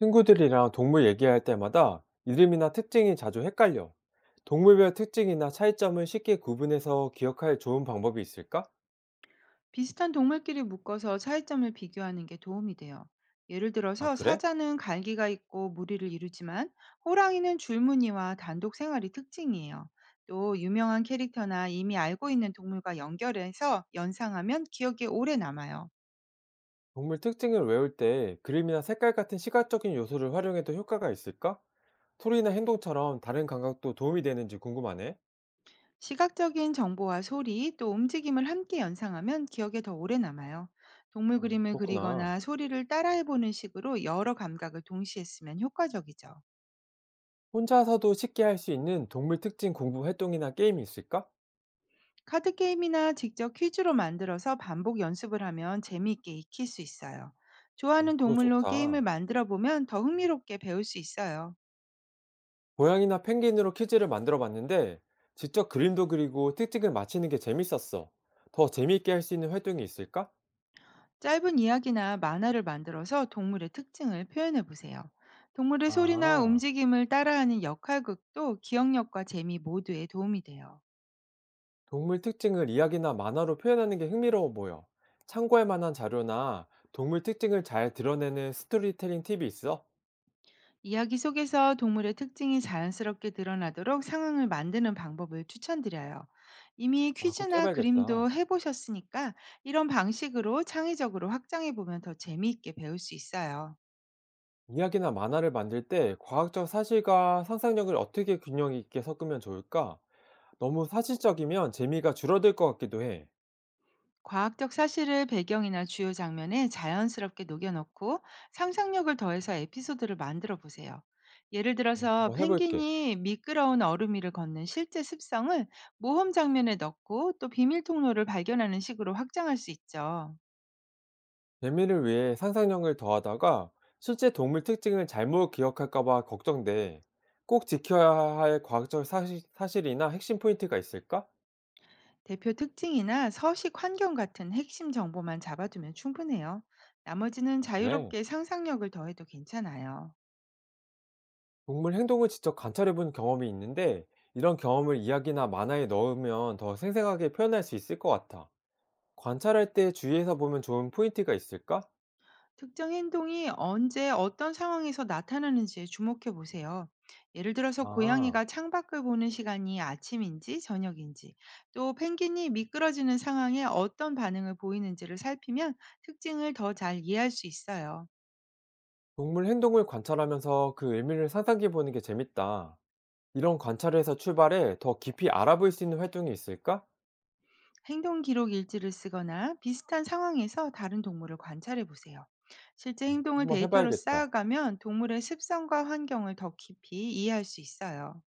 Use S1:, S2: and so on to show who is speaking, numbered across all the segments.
S1: 친구들이랑 동물 얘기할 때마다 이름이나 특징이 자주 헷갈려. 동물별 특징이나 차이점을 쉽게 구분해서 기억할 좋은 방법이 있을까?
S2: 비슷한 동물끼리 묶어서 차이점을 비교하는 게 도움이 돼요. 예를
S1: 아,
S2: 들어서
S1: 그래?
S2: 사자는 갈기가 있고 무리를 이루지만 호랑이는 줄무늬와 단독 생활이 특징이에요. 또 유명한 캐릭터나 이미 알고 있는 동물과 연결해서 연상하면 기억에 오래 남아요.
S1: 동물 특징을 외울 때 그림이나 색깔 같은 시각적인 요소를 활용해도 효과가 있을까? 소리나 행동처럼 다른 감각도 도움이 되는지 궁금하네.
S2: 시각적인 정보와 소리 또 움직임을 함께 연상하면 기억에 더 오래 남아요. 동물
S1: 아,
S2: 그림을
S1: 그렇구나.
S2: 그리거나 소리를 따라해보는 식으로 여러 감각을 동시에 쓰면 효과적이죠.
S1: 혼자서도 쉽게 할 수 있는 동물 특징 공부 활동이나 게임이 있을까?
S2: 카드 게임이나 직접 퀴즈로 만들어서 반복 연습을 하면 재미있게 익힐 수 있어요.
S1: 어,
S2: 좋아하는
S1: 그거
S2: 동물로 게임을
S1: 좋다.
S2: 만들어 보면 더 흥미롭게 배울 수 있어요.
S1: 고양이나 펭귄으로 퀴즈를 만들어 봤는데 직접 그림도 그리고 특징을 맞히는 게 재밌었어. 더 재미있게 할 수 있는 활동이 있을까?
S2: 짧은 이야기나 만화를 만들어서 동물의 특징을 표현해 보세요. 동물의 소리나
S1: 아,
S2: 움직임을 따라하는 역할극도 기억력과 재미 모두에 도움이 돼요.
S1: 동물 특징을 이야기나 만화로 표현하는 게 흥미로워 보여. 참고할 만한 자료나 동물 특징을 잘 드러내는 스토리텔링 팁이 있어?
S2: 이야기 속에서 동물의 특징이 자연스럽게 드러나도록 상황을 만드는 방법을 추천드려요. 이미
S1: 아, 그것도
S2: 퀴즈나
S1: 해봐야겠다.
S2: 그림도 해보셨으니까 이런 방식으로 창의적으로 확장해 보면 더 재미있게 배울 수 있어요.
S1: 이야기나 만화를 만들 때 과학적 사실과 상상력을 어떻게 균형 있게 섞으면 좋을까? 너무 사실적이면 재미가 줄어들 것 같기도 해.
S2: 과학적 사실을 배경이나 주요 장면에 자연스럽게 녹여넣고 상상력을 더해서 에피소드를 만들어 보세요. 예를 들어서
S1: 한번 해볼게.
S2: 펭귄이 미끄러운 얼음 위를 걷는 실제 습성을 모험 장면에 넣고 또 비밀 통로를 발견하는 식으로 확장할 수 있죠.
S1: 재미를 위해 상상력을 더하다가 실제 동물 특징을 잘못 기억할까 봐 걱정돼. 꼭 지켜야 할 과학적 사실이나 핵심 포인트가 있을까?
S2: 대표 특징이나 서식 환경 같은 핵심 정보만 잡아두면 충분해요. 나머지는
S1: 아, 그래.
S2: 자유롭게 상상력을 더해도 괜찮아요.
S1: 동물 행동을 직접 관찰해 본 경험이 있는데 이런 경험을 이야기나 만화에 넣으면 더 생생하게 표현할 수 있을 것 같아. 관찰할 때 주의해서 보면 좋은 포인트가 있을까?
S2: 특정 행동이 언제 어떤 상황에서 나타나는지에 주목해 보세요. 예를 들어서
S1: 아,
S2: 고양이가 창밖을 보는 시간이 아침인지 저녁인지, 또 펭귄이 미끄러지는 상황에 어떤 반응을 보이는지를 살피면 특징을 더 잘 이해할 수 있어요.
S1: 동물 행동을 관찰하면서 그 의미를 상상해 보는 게 재밌다. 이런 관찰에서 출발해 더 깊이 알아볼 수 있는 활동이 있을까?
S2: 행동 기록 일지를 쓰거나 비슷한 상황에서 다른 동물을 관찰해 보세요. 실제 행동을
S1: 한번
S2: 데이터로
S1: 해봐야겠다.
S2: 쌓아가면 동물의 습성과 환경을 더 깊이 이해할 수 있어요.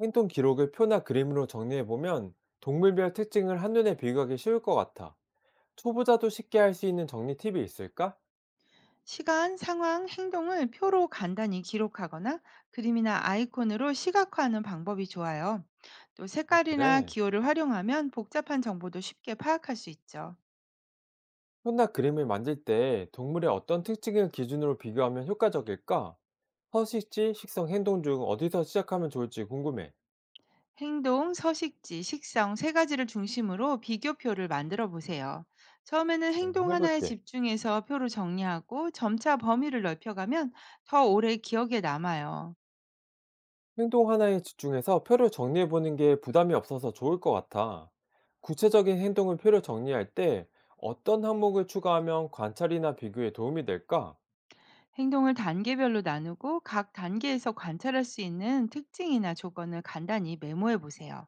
S1: 행동 기록을 표나 그림으로 정리해보면 동물별 특징을 한눈에 비교하기 쉬울 것 같아. 초보자도 쉽게 할 수 있는 정리 팁이 있을까?
S2: 시간, 상황, 행동을 표로 간단히 기록하거나 그림이나 아이콘으로 시각화하는 방법이 좋아요. 또
S1: 아,
S2: 색깔이나
S1: 그래.
S2: 기호를 활용하면 복잡한 정보도 쉽게 파악할 수 있죠.
S1: 표나 그림을 만들 때 동물의 어떤 특징을 기준으로 비교하면 효과적일까? 서식지, 식성, 행동 중 어디서 시작하면 좋을지 궁금해.
S2: 행동, 서식지, 식성 세 가지를 중심으로 비교표를 만들어 보세요. 처음에는
S1: 어,
S2: 행동 하나에
S1: 해볼게.
S2: 집중해서 표로 정리하고 점차 범위를 넓혀가면 더 오래 기억에 남아요.
S1: 행동 하나에 집중해서 표를 정리해 보는 게 부담이 없어서 좋을 것 같아. 구체적인 행동을 표를 정리할 때 어떤 항목을 추가하면 관찰이나 비교에 도움이 될까?
S2: 행동을 단계별로 나누고 각 단계에서 관찰할 수 있는 특징이나 조건을 간단히 메모해 보세요.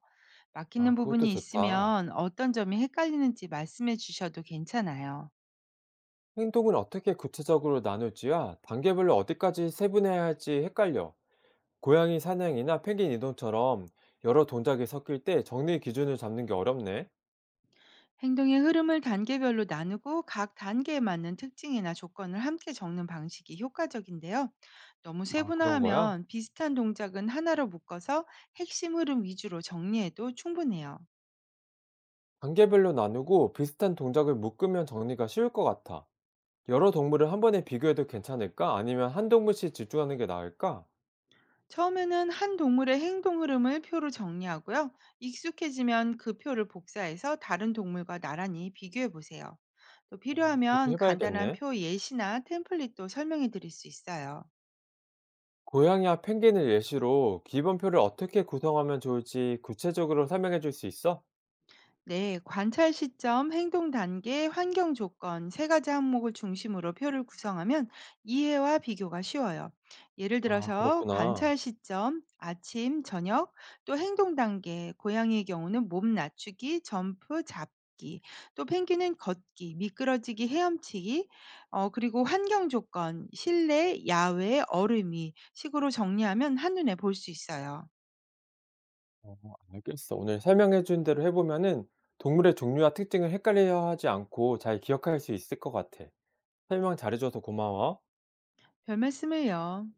S1: 아,
S2: 막히는
S1: 그것도
S2: 부분이
S1: 좋다.
S2: 있으면 어떤 점이 헷갈리는지 말씀해 주셔도 괜찮아요.
S1: 행동은 어떻게 구체적으로 나눌지와 단계별로 어디까지 세분해야 할지 헷갈려. 고양이 사냥이나 펭귄 이동처럼 여러 동작이 섞일 때 정리 기준을 잡는 게 어렵네.
S2: 행동의 흐름을 단계별로 나누고 각 단계에 맞는 특징이나 조건을 함께 적는 방식이 효과적인데요. 너무
S1: 아, 그런 거야?
S2: 세분화하면 비슷한 동작은 하나로 묶어서 핵심 흐름 위주로 정리해도 충분해요.
S1: 단계별로 나누고 비슷한 동작을 묶으면 정리가 쉬울 것 같아. 여러 동물을 한 번에 비교해도 괜찮을까? 아니면 한 동물씩 집중하는 게 나을까?
S2: 처음에는 한 동물의 행동 흐름을 표로 정리하고요. 익숙해지면 그 표를 복사해서 다른 동물과 나란히 비교해 보세요. 또
S1: 그렇게
S2: 필요하면 간단한
S1: 해봐야겠네.
S2: 표 예시나 템플릿도 설명해 드릴 수 있어요.
S1: 고양이와 펭귄을 예시로 기본표를 어떻게 구성하면 좋을지 구체적으로 설명해 줄 수 있어?
S2: 네, 관찰 시점, 행동 단계, 환경 조건 세 가지 항목을 중심으로 표를 구성하면 이해와 비교가 쉬워요. 예를
S1: 아,
S2: 들어서
S1: 그렇구나.
S2: 관찰 시점, 아침, 저녁, 또 행동 단계, 고양이의 경우는 몸 낮추기, 점프, 잡기, 또 펭귄은 걷기, 미끄러지기, 헤엄치기, 그리고 환경 조건, 실내, 야외, 얼음이 식으로 정리하면 한눈에 볼 수 있어요.
S1: 어, 알겠어. 오늘 설명해 준 대로 해보면은 동물의 종류와 특징을 헷갈려 하지 않고 잘 기억할 수 있을 것 같아. 설명 잘해줘서 고마워.
S2: 별 말씀을요.